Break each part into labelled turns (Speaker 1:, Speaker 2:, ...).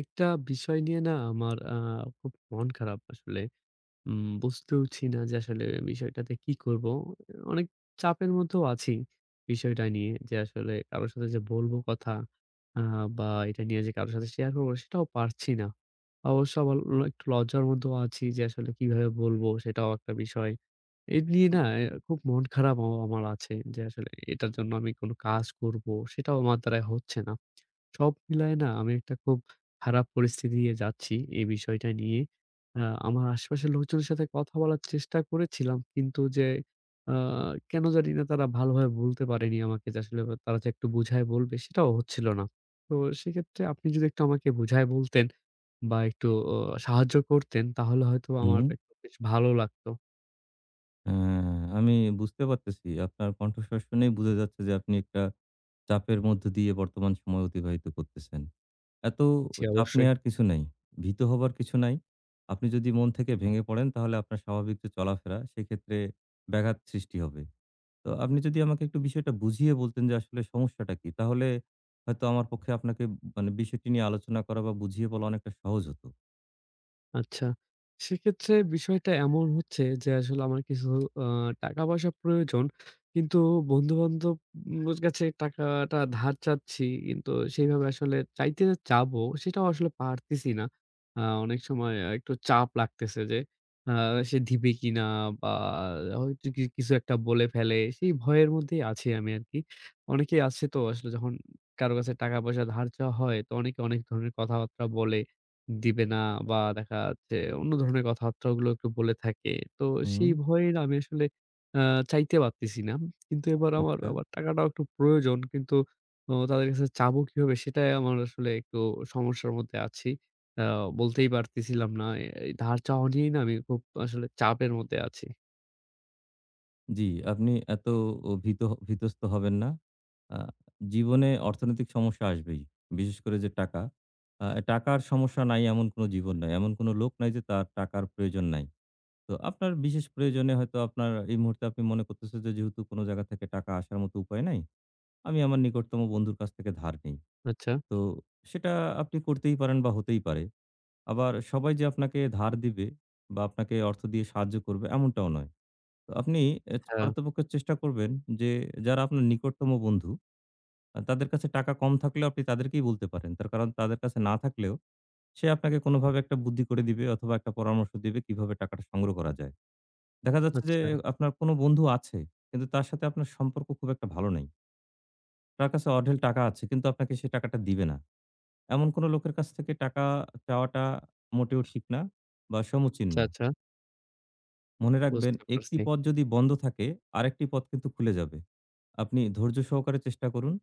Speaker 1: একটা বিষয় নিয়ে না আমার খুব মন খারাপ আসলে। বুঝতেওছি না যে আসলে বিষয়টাতে কি করব? অনেক চাপের মধ্যেও আছি বিষয়টা নিয়ে যে আসলে কারো সাথে যে বলব কথা আ বা এটা নিয়ে যে কারো সাথে শেয়ার করব সেটাও পারছি না। অবশ্য আবার একটু লজ্জার মধ্যেও আছি যে আসলে কিভাবে বলব সেটাও একটা বিষয়। এই নিয়ে না খুব মন খারাপ আমার আছে যে আসলে এটার জন্য আমি কোন কাজ করব সেটাও আমার দ্বারা হচ্ছে না। সব মিলায় না আমি একটা খুব খারাপ পরিস্থিতি দিয়ে যাচ্ছি এই বিষয়টা নিয়ে। আ আমার আশেপাশের লোকজনের সাথে কথা বলার চেষ্টা করেছিলাম কিন্তু যে আ কেন জানি না তারা ভালোভাবে বলতে পারেনি আমাকে যে আসলে তারা যে একটু বুঝায় বলবে সেটাও হচ্ছিল না। তো সেক্ষেত্রে আপনি যদি একটু আমাকে বুঝায় বলতেন বা একটু অ সাহায্য করতেন তাহলে হয়তো আমার
Speaker 2: হুম,
Speaker 1: একটু বেশ ভালো লাগতো।
Speaker 2: হ্যাঁ, আমি বুঝতে পারতেছি। আপনার কণ্ঠস্বর শুনেই বুঝা যাচ্ছে যে আপনি একটা চাপের মধ্য দিয়ে বর্তমান সময় অতিবাহিত করতেছেন। এত
Speaker 1: জি,
Speaker 2: চাপ
Speaker 1: অবশ্যই।
Speaker 2: নেয়ার কিছু নাই। ভীত হবার কিছু নাই। আপনি যদি মন থেকে ভেঙে পড়েন তাহলে আপনার স্বাভাবিক যে চলাফেরা সেক্ষেত্রে ব্যাঘাত সৃষ্টি হবে। তো আপনি যদি আমাকে একটু বিষয়টা বুঝিয়ে বলতেন যে আসলে সমস্যাটা কি? তাহলে হয়তো আমার পক্ষে আপনাকে মানে বিষয়টি নিয়ে আলোচনা করা বা বুঝিয়ে বলা অনেকটা সহজ হতো।
Speaker 1: আচ্ছা। সেক্ষেত্রে বিষয়টা এমন হচ্ছে যে আসলে আমার কিছু আ টাকা-পয়সা প্রয়োজন। কিন্তু বন্ধু-বান্ধব কাছে টাকাটা ধার চাচ্ছি। কিন্তু সেইভাবে আসলে চাইতে যে চাবো সেটাও আসলে পারতেছি না। অনেক সময় একটু চাপ লাগতেছে যে আ সে দিবে কিনা বা হয়তো কি কিছু একটা বলে ফেলে। সেই ভয়ের মধ্যেই আছি আমি আরকি। অনেকেই আছে তো আসলে যখন কারো কাছে টাকা-পয়সা ধার চাওয়া হয় তো অনেকে অনেক ধরনের কথাবার্তা বলে। দিবে না বা দেখা যাচ্ছে অন্য ধরনের কথাবার্তাগুলো একটু বলে থাকে। তো
Speaker 2: হুম,
Speaker 1: সেই ভয়ে না আমি আসলে আ চাইতে পারতেছি না। কিন্তু এবার আমার
Speaker 2: আচ্ছা।
Speaker 1: আবার টাকাটাও একটু প্রয়োজন। কিন্তু ও তাদের কাছে চাবো কিভাবে সেটাই আমার আসলে একটু সমস্যার মধ্যে আছি। আ বলতেই পারতেছিলাম না। এই ধার চাওয়া নিয়েই না আমি খুব আসলে চাপের মধ্যে আছি।
Speaker 2: জি, আপনি এত ও ভীত ভীতস্ত হবেন না। আ জীবনে অর্থনৈতিক সমস্যা আসবেই। বিশেষ করে যে টাকা, আ টাকার সমস্যা নাই এমন কোনো জীবন নাই। এমন কোনো লোক নাই যে তার টাকার প্রয়োজন নাই। তো আপনার বিশেষ প্রয়োজনে হয়তো আপনার এই মুহূর্তে আপনি মনে করতেছেন যে যেহেতু কোনো জায়গা থেকে টাকা আসার মতো উপায় নাই, আমি আমার নিকটতম বন্ধুর কাছ থেকে ধার নেই।
Speaker 1: আচ্ছা,
Speaker 2: তো সেটা আপনি করতেই পারেন বা হতেই পারে। আবার সবাই যে আপনাকে ধার দিবে বা আপনাকে অর্থ দিয়ে সাহায্য করবে এমনটাও নয়। তো আপনি এ
Speaker 1: আ
Speaker 2: পারতপক্ষে চেষ্টা করবেন যে যারা আপনার নিকটতম বন্ধু, তাদের কাছে টাকা কম থাকলেও আপনি তাদেরকেই বলতে পারেন। তার কারণ তাদের কাছে না থাকলেও সে আপনাকে কোনোভাবে একটা বুদ্ধি করে দিবে অথবা একটা পরামর্শ দিবে কিভাবে টাকাটা সংগ্রহ করা যায়। দেখা যাচ্ছে যে
Speaker 1: আচ্ছা,
Speaker 2: আপনার কোনো বন্ধু আছে, কিন্তু তার সাথে আপনার সম্পর্ক খুব একটা ভালো নেই। তার কাছে অঢেল টাকা আছে কিন্তু আপনাকে সে টাকাটা দিবে না। এমন কোনো লোকের কাছ থেকে টাকা চাওয়াটা মোটেও ঠিক না বা সমীচীন
Speaker 1: আচ্ছা,
Speaker 2: না।
Speaker 1: আচ্ছা,
Speaker 2: মনে রাখবেন
Speaker 1: বুঝতে
Speaker 2: একটি
Speaker 1: পারছি।
Speaker 2: পথ যদি বন্ধ থাকে আরেকটি পথ কিন্তু খুলে যাবে। আপনি ধৈর্য সহকারে চেষ্টা করুন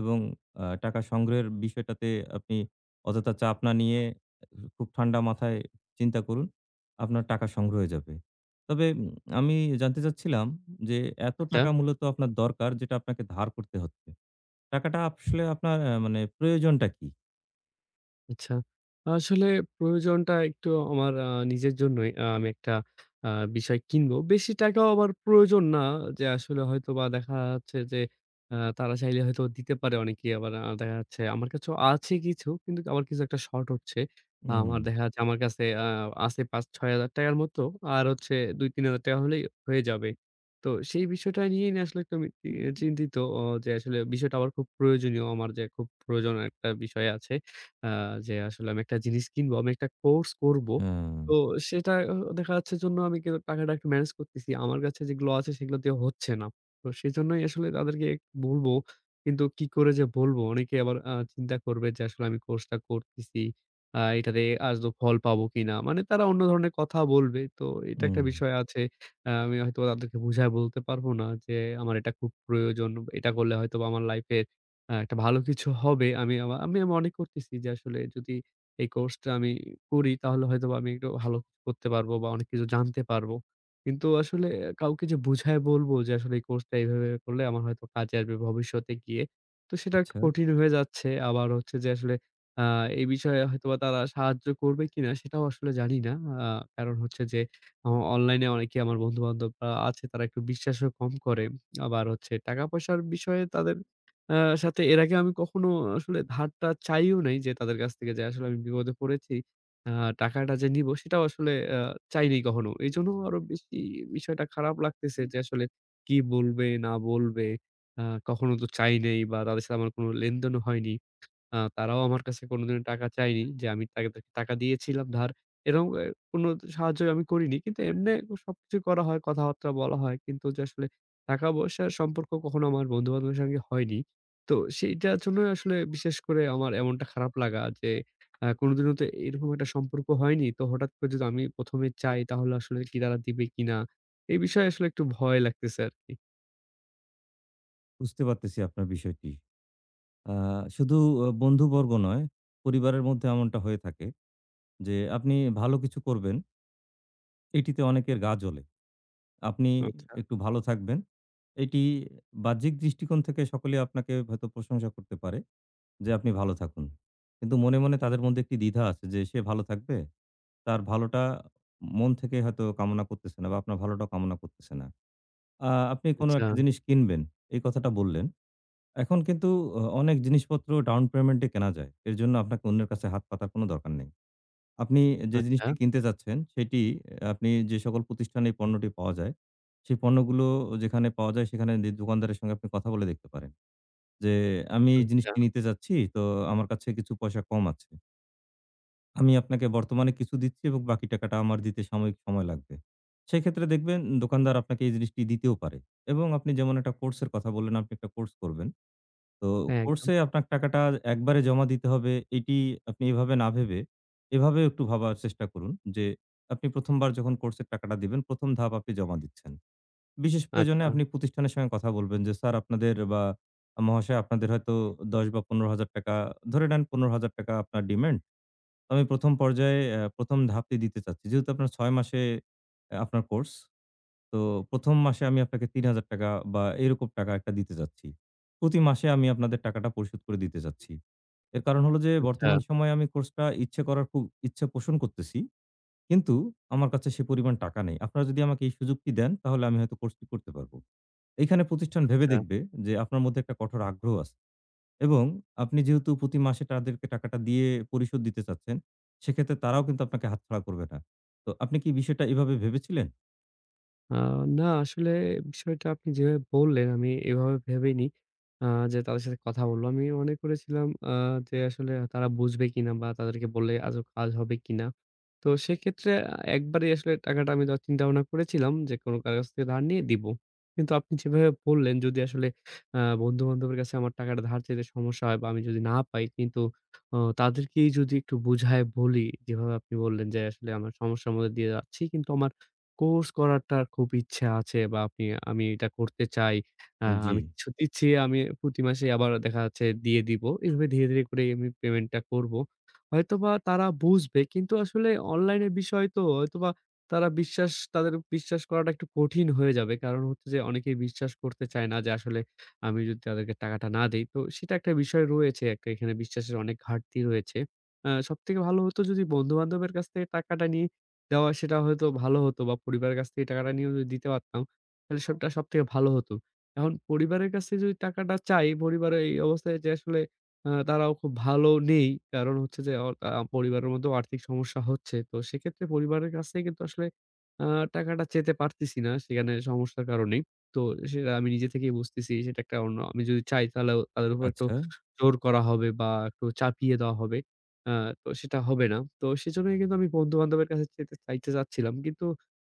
Speaker 2: এবং টাকা সংগ্রহের বিষয়টাতে আপনি অযথা চাপ না নিয়ে খুব ঠান্ডা মাথায় চিন্তা করুন। আপনার টাকা সংগ্রহ হয়ে যাবে। তবে আমি জানতে চাচ্ছিলাম যে এত
Speaker 1: আচ্ছা।
Speaker 2: টাকা মূলত আপনার দরকার যেটা আপনাকে ধার করতে হচ্ছে। টাকাটা আসলে আপনার মানে প্রয়োজনটা কি?
Speaker 1: আচ্ছা। আসলে প্রয়োজনটা একটু আমার নিজের জন্যই। আমি একটা আ বিষয় কিনবো। বেশি টাকাও আমার প্রয়োজন না, যে আসলে হয়তোবা দেখা যাচ্ছে যে তারা চাইলে হয়তো দিতে পারে অনেকেই। আবার দেখা যাচ্ছে আমার কাছেও আছে কিছু, কিন্তু আমার কিছু একটা শর্ট হচ্ছে।
Speaker 2: উম
Speaker 1: আমার দেখা যাচ্ছে আমার কাছে আছে ৳৫,০০০-৬,০০০ র মতো। আর হচ্ছে ৳২,০০০-৩,০০০ হলেই হয়ে যাবে। তো সেই বিষয়টা নিয়েই না আসলে একটু আমি চিন্তিত, যে আসলে বিষয়টা আমার খুব প্রয়োজনীয়। আমার যে খুব প্রয়োজন একটা বিষয় আছে। আ যে আসলে আমি একটা জিনিস কিনবো, আমি একটা কোর্স করব।
Speaker 2: আ
Speaker 1: তো সেটা দেখা যাচ্ছে জন্য আমি কিন্তু টাকাটা একটু ম্যানেজ করতেছি। আমার কাছে যেগুলো আছে সেগুলো দিয়ে হচ্ছে না। তো সেজন্যই আসলে তাদেরকে বলবো। কিন্তু কি করে যে বলবো? অনেকে আবার চিন্তা করবে যে আসলে আমি কোর্সটা করতেছি। এটাতে আদৌ ফল পাবো কিনা? মানে তারা অন্য ধরনের কথা বলবে। তো এটা একটা
Speaker 2: উম
Speaker 1: বিষয় আছে। আমি হয়তোবা তাদেরকে বুঝায় বলতে পারবো না যে আমার এটা খুব প্রয়োজন। এটা করলে হয়তোবা আমার লাইফে একটা ভালো কিছু হবে। আমি মনে করতেছি যে আসলে যদি এই কোর্সটা আমি করি তাহলে হয়তোবা আমি একটু ভালো করতে পারবো বা অনেক কিছু জানতে পারবো। কিন্তু আসলে কাউকে যে বুঝায় বলবো যে আসলে এই কোর্সটা এভাবে করলে আমার হয়তো কাজে আসবে ভবিষ্যতে গিয়ে। তো সেটা একটু
Speaker 2: আচ্ছা,
Speaker 1: কঠিন হয়ে যাচ্ছে। আবার হচ্ছে যে আসলে আ এই বিষয়ে হয়তোবা তারা সাহায্য করবে কিনা সেটাও আসলে জানি না। আ কারণ হচ্ছে যে অ অনলাইনে অনেকে আমার বন্ধু-বান্ধবরা আছে তারা একটু বিশ্বাসও কম করে। আবার হচ্ছে টাকা-পয়সার বিষয়ে তাদের আ সাথে এর আগে আমি কখনো আসলে ধারটা চাইও নাই যে তাদের কাছ থেকে যে আসলে আমি বিপদে পড়েছি। আ টাকাটা যে নিবো সেটাও আসলে চাইনি কখনো। এজন্য আরো বেশি বিষয়টা খারাপ লাগতেছে যে আসলে কি বলবে, না বলবে। আ কখনো তো চাই নাই বা তাদের সাথে আমার কোনো লেনদেনও হয়নি। তারাও আমার কাছে কোনোদিনও টাকা চায়নি যে আমি তাদেরকে টাকা দিয়েছিলাম ধার। এরকম কোনো সাহায্য আমি করিনি। কিন্তু এমনে সবকিছু করা হয়, কথাবার্তা বলা হয়। কিন্তু যে আসলে টাকা-পয়সার সম্পর্ক কখনো আমার বন্ধু-বান্ধবের সঙ্গে হয়নি। তো সেইটার জন্যই আসলে বিশেষ করে আমার এমনটা খারাপ লাগা যে কোনোদিনও তো এরকম একটা সম্পর্ক হয়নি। তো হঠাৎ করে যদি আমি ১ম এ চাই তাহলে আসলে কি তারা দিবে কিনা? এই বিষয়ে আসলে একটু ভয় লাগতেছে আরকি।
Speaker 2: বুঝতে পারতেছি আপনার বিষয়টি। আ শুধু বন্ধুবর্গ নয়, পরিবারের মধ্যে এমনটা হয়ে থাকে যে, আপনি ভালো কিছু করবেন, এটিতে অনেকের গা জ্বলে। আপনি
Speaker 1: আচ্ছা,
Speaker 2: একটু ভালো থাকবেন। এটি বাহ্যিক দৃষ্টিকোণ থেকে সকলে আপনাকে হয়তো প্রশংসা করতে পারে যে, আপনি ভালো থাকুন। কিন্তু মনে, মনে তাদের মধ্যে একটি দ্বিধা আছে যে, সে ভালো থাকবে। তার ভালোটা মন থেকে হয়তো কামনা করতেছে না বা আপনার ভালোটাও কামনা করতেছে না। আ আপনি কোনো
Speaker 1: আচ্ছা,
Speaker 2: একটা জিনিস কিনবেন, এই কথাটা বললেন। এখন কিন্তু অনেক জিনিসপত্র ডাউন পেমেন্ট এ কেনা যায়। এর জন্য আপনাকে অন্যের কাছে হাত পাতার কোনো দরকার নেই। আপনি যে
Speaker 1: আচ্ছা,
Speaker 2: জিনিসটি কিনতে চাচ্ছেন সেটি আপনি যে সকল প্রতিষ্ঠানে এই পণ্যটি পাওয়া যায়, সেই পণ্যগুলো যেখানে পাওয়া যায় সেখানে দোকানদারের সঙ্গে আপনি কথা বলে দেখতে পারেন। যে আমি এই
Speaker 1: আচ্ছা।
Speaker 2: জিনিসটি নিতে চাচ্ছি, তো আমার কাছে কিছু পয়সা কম আছে। আমি আপনাকে বর্তমানে কিছু দিচ্ছি এবং বাকি টাকাটা আমার দিতে সাময়িক সময় লাগবে। সেক্ষেত্রে দেখবেন দোকানদার আপনাকে এই জিনিসটি দিতেও পারে। এবং আপনি যেমন একটা কোর্স এর কথা বললেন, আপনি একটা কোর্স করবেন। তো
Speaker 1: হ্যাঁ, একদম।
Speaker 2: কোর্সে আপনার টাকাটা একবারে জমা দিতে হবে এটি আপনি এভাবে না ভেবে, এভাবেও একটু ভাবার চেষ্টা করুন যে, আপনি ১ম বার যখন কোর্সের টাকাটা দিবেন ১ম ধাপ আপনি জমা দিচ্ছেন। বিশেষ প্রয়োজনে
Speaker 1: আচ্ছা,
Speaker 2: আপনি প্রতিষ্ঠানের সঙ্গে কথা বলবেন যে, "স্যার আপনাদের বা মহাশয় আপনাদের হয়তো ১০ বা ৳১৫,০০০ ধরে নেন ৳১৫,০০০ আপনার ডিমান্ড। আমি ১ম পর্যায়ে ১ম ধাপটি দিতে চাচ্ছি।" যেহেতু আপনার ৬ মাসে আপনার কোর্স। তো ১ম মাসে আমি আপনাকে ৳৩,০০০ বা এরকম টাকা একটা দিতে চাচ্ছি। প্রতি মাসে আমি আপনাদের টাকাটা পরিশোধ করে দিতে চাচ্ছি। এর কারণ হলো যে
Speaker 1: আচ্ছা,
Speaker 2: বর্তমান সময়ে আমি কোর্সটা ইচ্ছে করার খুব ইচ্ছে পোষণ করতেছি। কিন্তু আমার কাছে সে পরিমাণ টাকা নেই। আপনারা যদি আমাকে এই সুযোগটি দেন তাহলে আমি হয়তো কোর্সটি করতে পারব। এইখানে প্রতিষ্ঠান ভেবে
Speaker 1: আচ্ছা।
Speaker 2: দেখবে যে আপনার মধ্যে একটা কঠোর আগ্রহ আছে এবং আপনি যেহেতু প্রতি মাসে তাদেরকে টাকাটা দিয়ে পরিশোধ দিতে চাচ্ছেন, সেক্ষেত্রে তারাও কিন্তু আপনাকে হাতছাড়া করবে না। তো আপনি কি বিষয়টা এভাবে ভেবেছিলেন?
Speaker 1: আ না আসলে বিষয়টা আপনি যেভাবে বললেন, আমি এভাবে ভেবেইনি আ যে তাদের সাথে কথা বলব। আমি মনে করেছিলাম যে আসলে তারা বুঝবে কিনা বা তাদেরকে বললে আদৌ কাজ হবে কিনা। তো সেক্ষেত্রে একবারেই আসলে টাকাটা আমি দেওয়ার চিন্তা ভাবনা করেছিলাম যে কোনো কারো কাছ থেকে ধার নিয়ে দিব। কিন্তু আপনি যেভাবে বললেন যদি আসলে বন্ধু-বান্ধবের কাছে আমার টাকাটা ধার চাইতে সমস্যা হয় বা আমি যদি না পাই কিন্তু তাদেরকেই যদি একটু বুঝায় বলি যেভাবে আপনি বললেন যে আসলে আমার সমস্যার মধ্যে দিয়ে যাচ্ছি কিন্তু আমার কোর্স করাটার খুব ইচ্ছা আছে বা আপনি আমি এটা করতে চাই।
Speaker 2: জি,
Speaker 1: আমি কিছু দিচ্ছি, আমি প্রতি মাসে আবার দেখা যাচ্ছে দিয়ে দিব। এভাবে ধীরে, ধীরে করে আমি পেমেন্টটা করব। হয়তোবা তারা বুঝবে কিন্তু আসলে অনলাইনের বিষয় তো হয়তোবা তারা বিশ্বাস তাদের বিশ্বাস করাটা একটু কঠিন হয়ে যাবে। কারণ হচ্ছে যে অনেকেই বিশ্বাস করতে চায় না যে আসলে আমি যদি তাদেরকে টাকাটা না দেই, তো সেটা একটা বিষয় রয়েছে। একটা এখানে বিশ্বাসের অনেক ঘাটতি রয়েছে। সবথেকে ভালো হতো যদি বন্ধু-বান্ধবের কাছ থেকে টাকাটা নিয়ে দেওয়া সেটা হয়তো ভালো হতো বা পরিবারের কাছ থেকে টাকাটা নিয়েও যদি দিতে পারতাম, তাহলে সবটা সবথেকে ভালো হতো। এখন পরিবারের কাছে যদি টাকাটা চাই, পরিবারের এই অবস্থায় যে আসলে তারাও খুব ভালো নেই। কারণ হচ্ছে যে অ আ পরিবারের মধ্যেও আর্থিক সমস্যা হচ্ছে। তো সেক্ষেত্রে পরিবারের কাছে কিন্তু আসলে আ টাকাটা চেতে পারতেছি না সেখানে সমস্যার কারণেই। তো সেটা আমি নিজে থেকেই বুঝতেছি সেটা একটা অন্য আমি যদি চাই তাহলেও তাদের উপর একটু
Speaker 2: আচ্ছা।
Speaker 1: জোর করা হবে বা একটু চাপিয়ে দেওয়া হবে। আ তো সেটা হবে না। তো সেজন্যই কিন্তু আমি বন্ধু-বান্ধবের কাছে চাইতে চাচ্ছিলাম। কিন্তু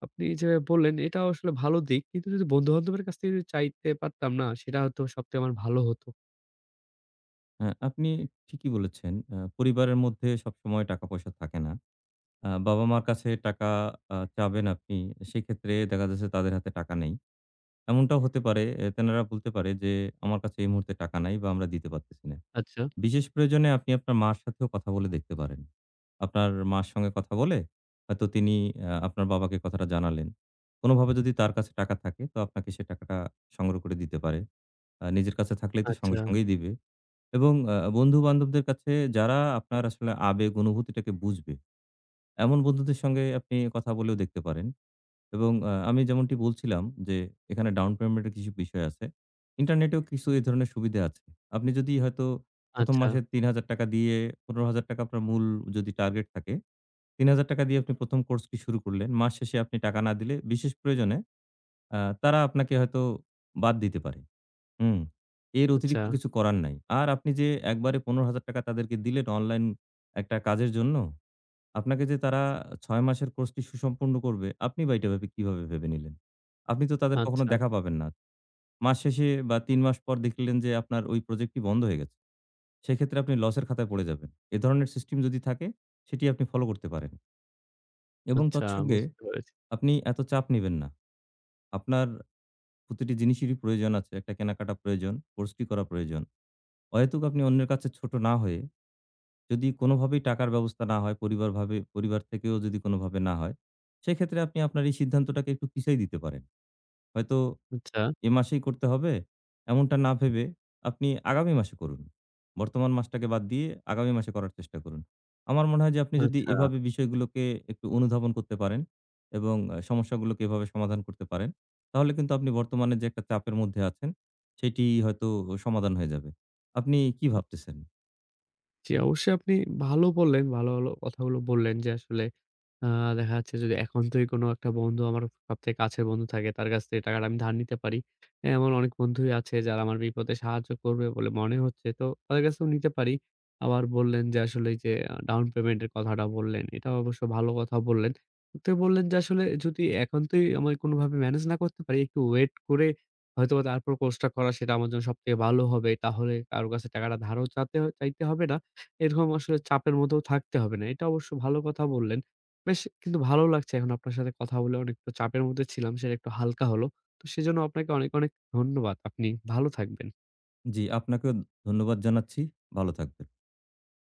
Speaker 1: আপনি যে বললেন এটাও আসলে ভালো দিক। কিন্তু যদি বন্ধু-বান্ধবের কাছ থেকে যদি চাইতে পারতাম না সেটা হয়তো সবথেকে আমার ভালো হতো।
Speaker 2: হ্যাঁ, আপনি ঠিকই বলেছেন। পরিবারের মধ্যে সবসময় টাকা-পয়সা থাকে না। বাবা-মার কাছে টাকা চাবেন আপনি। সেক্ষেত্রে দেখা যাচ্ছে তাদের হাতে টাকা নেই। এমনটাও হতে পারে তেনারা বলতে পারে যে, "আমার কাছে এই মুহূর্তে টাকা নাই বা আমরা দিতে পারতেছি না।"
Speaker 1: আচ্ছা,
Speaker 2: বিশেষ প্রয়োজনে আপনি আপনার মার সাথেও কথা বলে দেখতে পারেন। আপনার মার সঙ্গে কথা বলে হয়তো তিনি আপনার বাবাকে কথাটা জানালেন। কোনোভাবে যদি তার কাছে টাকা থাকে তো আপনাকে সে টাকাটা সংগ্রহ করে দিতে পারে। নিজের কাছে থাকলেই তো
Speaker 1: আচ্ছা,
Speaker 2: সঙ্গে সঙ্গেই দিবে। এবং বন্ধু-বান্ধবদের কাছে যারা আপনার আসলে আবেগ অনুভূতিটাকে বুঝবে, এমন বন্ধুদের সঙ্গে আপনি কথা বলেও দেখতে পারেন। এবং আমি যেমনটি বলছিলাম যে, এখানে ডাউন পেমেন্ট এর কিছু বিষয় আছে। ইন্টারনেটেও কিছু এই ধরনের সুবিধা আছে। আপনি যদি হয়তো ১ম
Speaker 1: আচ্ছা,
Speaker 2: মাসে ৳৩,০০০ দিয়ে ৳১৫,০০০ আপনার মূল যদি টার্গেট থাকে, ৳৩,০০০ দিয়ে আপনি ১ম কোর্সটি শুরু করলেন। মাস শেষে আপনি টাকা না দিলে বিশেষ প্রয়োজনে তারা আপনাকে হয়তো বাদ দিতে পারে। হুম, এর
Speaker 1: আচ্ছা,
Speaker 2: অতিরিক্ত কিছু করার নাই। আর আপনি যে একবারে ৳১৫,০০০ তাদেরকে দিলেন অনলাইন একটা কাজের জন্য, আপনাকে যে তারা ৬ মাসের কোর্সটি সুসম্পূর্ণ করবে, আপনি বা এটা ভেবে কিভাবে ভেবে নিলেন? আপনি তো তাদের কখনো
Speaker 1: আচ্ছা,
Speaker 2: দেখা পাবেন না। মাস শেষে বা ৩ মাস পর দেখলেন যে আপনার ওই প্রজেক্টটি বন্ধ হয়ে গেছে। সেক্ষেত্রে আপনি লসের খাতায় পড়ে যাবেন। এ ধরনের সিস্টেম যদি থাকে, সেটি আপনি ফলো করতে পারেন। এবং
Speaker 1: আচ্ছা,
Speaker 2: তৎসঙ্গে
Speaker 1: বুঝতে পেরেছি।
Speaker 2: আপনি এত চাপ নিবেন না। আপনার প্রতিটি জিনিসেরই প্রয়োজন আছে। একটা কেনাকাটা প্রয়োজন, কোর্সটি করা প্রয়োজন। অহেতুক আপনি অন্যের কাছে ছোট না হয়ে যদি কোনোভাবেই টাকার ব্যবস্থা না হয়, পরিবার থেকেও যদি কোনোভাবে না হয়, সেক্ষেত্রে আপনি আপনার এই সিদ্ধান্তটাকে একটু পিছাই দিতে পারেন। হয়তো
Speaker 1: আচ্ছা,
Speaker 2: এ মাসেই করতে হবে এমনটা না ভেবে আপনি আগামী মাসে করুন। বর্তমান মাসটাকে বাদ দিয়ে আগামী মাসে করার চেষ্টা করুন। আমার মনে হয় যে আপনি যদি
Speaker 1: আচ্ছা।
Speaker 2: এভাবে বিষয়গুলোকে একটু অনুধাবন করতে পারেন এবং সমস্যাগুলোকে এভাবে সমাধান করতে পারেন, তাহলে কিন্তু আপনি বর্তমানে যে একটা চাপের মধ্যে আছেন, সেটি হয়তো সমাধান হয়ে যাবে। আপনি কি ভাবতেছেন?
Speaker 1: জি, অবশ্যই আপনি ভালো বললেন, ভালো, ভালো কথাগুলো বললেন যে আসলে আ দেখা যাচ্ছে যদি একান্তই কোনো একটা বন্ধু আমার সবথেকে কাছের বন্ধু থাকে, তার কাছ থেকে টাকাটা আমি ধার নিতে পারি। এমন অনেক বন্ধুই আছে যারা আমার বিপদে সাহায্য করবে বলে মনে হচ্ছে। তো তাদের কাছেও নিতে পারি। আবার বললেন যে আসলে এই যে ডাউন পেমেন্ট এর কথাটা বললেন, এটাও অবশ্য ভালো কথা বললেন। তো বললেন যে আসলে যদি একান্তই আমার কোনোভাবে ম্যানেজ না করতে পারি, একটু ওয়েট করে হয়তোবা তারপর কোর্সটা করা সেটা আমার জন্য সবথেকে ভালো হবে। তাহলে কারো কাছে টাকাটা ধারও চাইতে হবে না। এরকম আসলে চাপের মধ্যেও থাকতে হবে না। এটা অবশ্য ভালো কথা বললেন। বেশ কিন্তু ভালো লাগছে এখন আপনার সাথে কথা বলে অনেকটা চাপের মধ্যে ছিলাম, সেটা একটু হালকা হলো। তো সেজন্য আপনাকে অনেক, অনেক ধন্যবাদ। আপনি ভালো থাকবেন।
Speaker 2: জি, আপনাকেও ধন্যবাদ জানাচ্ছি। ভালো থাকবেন।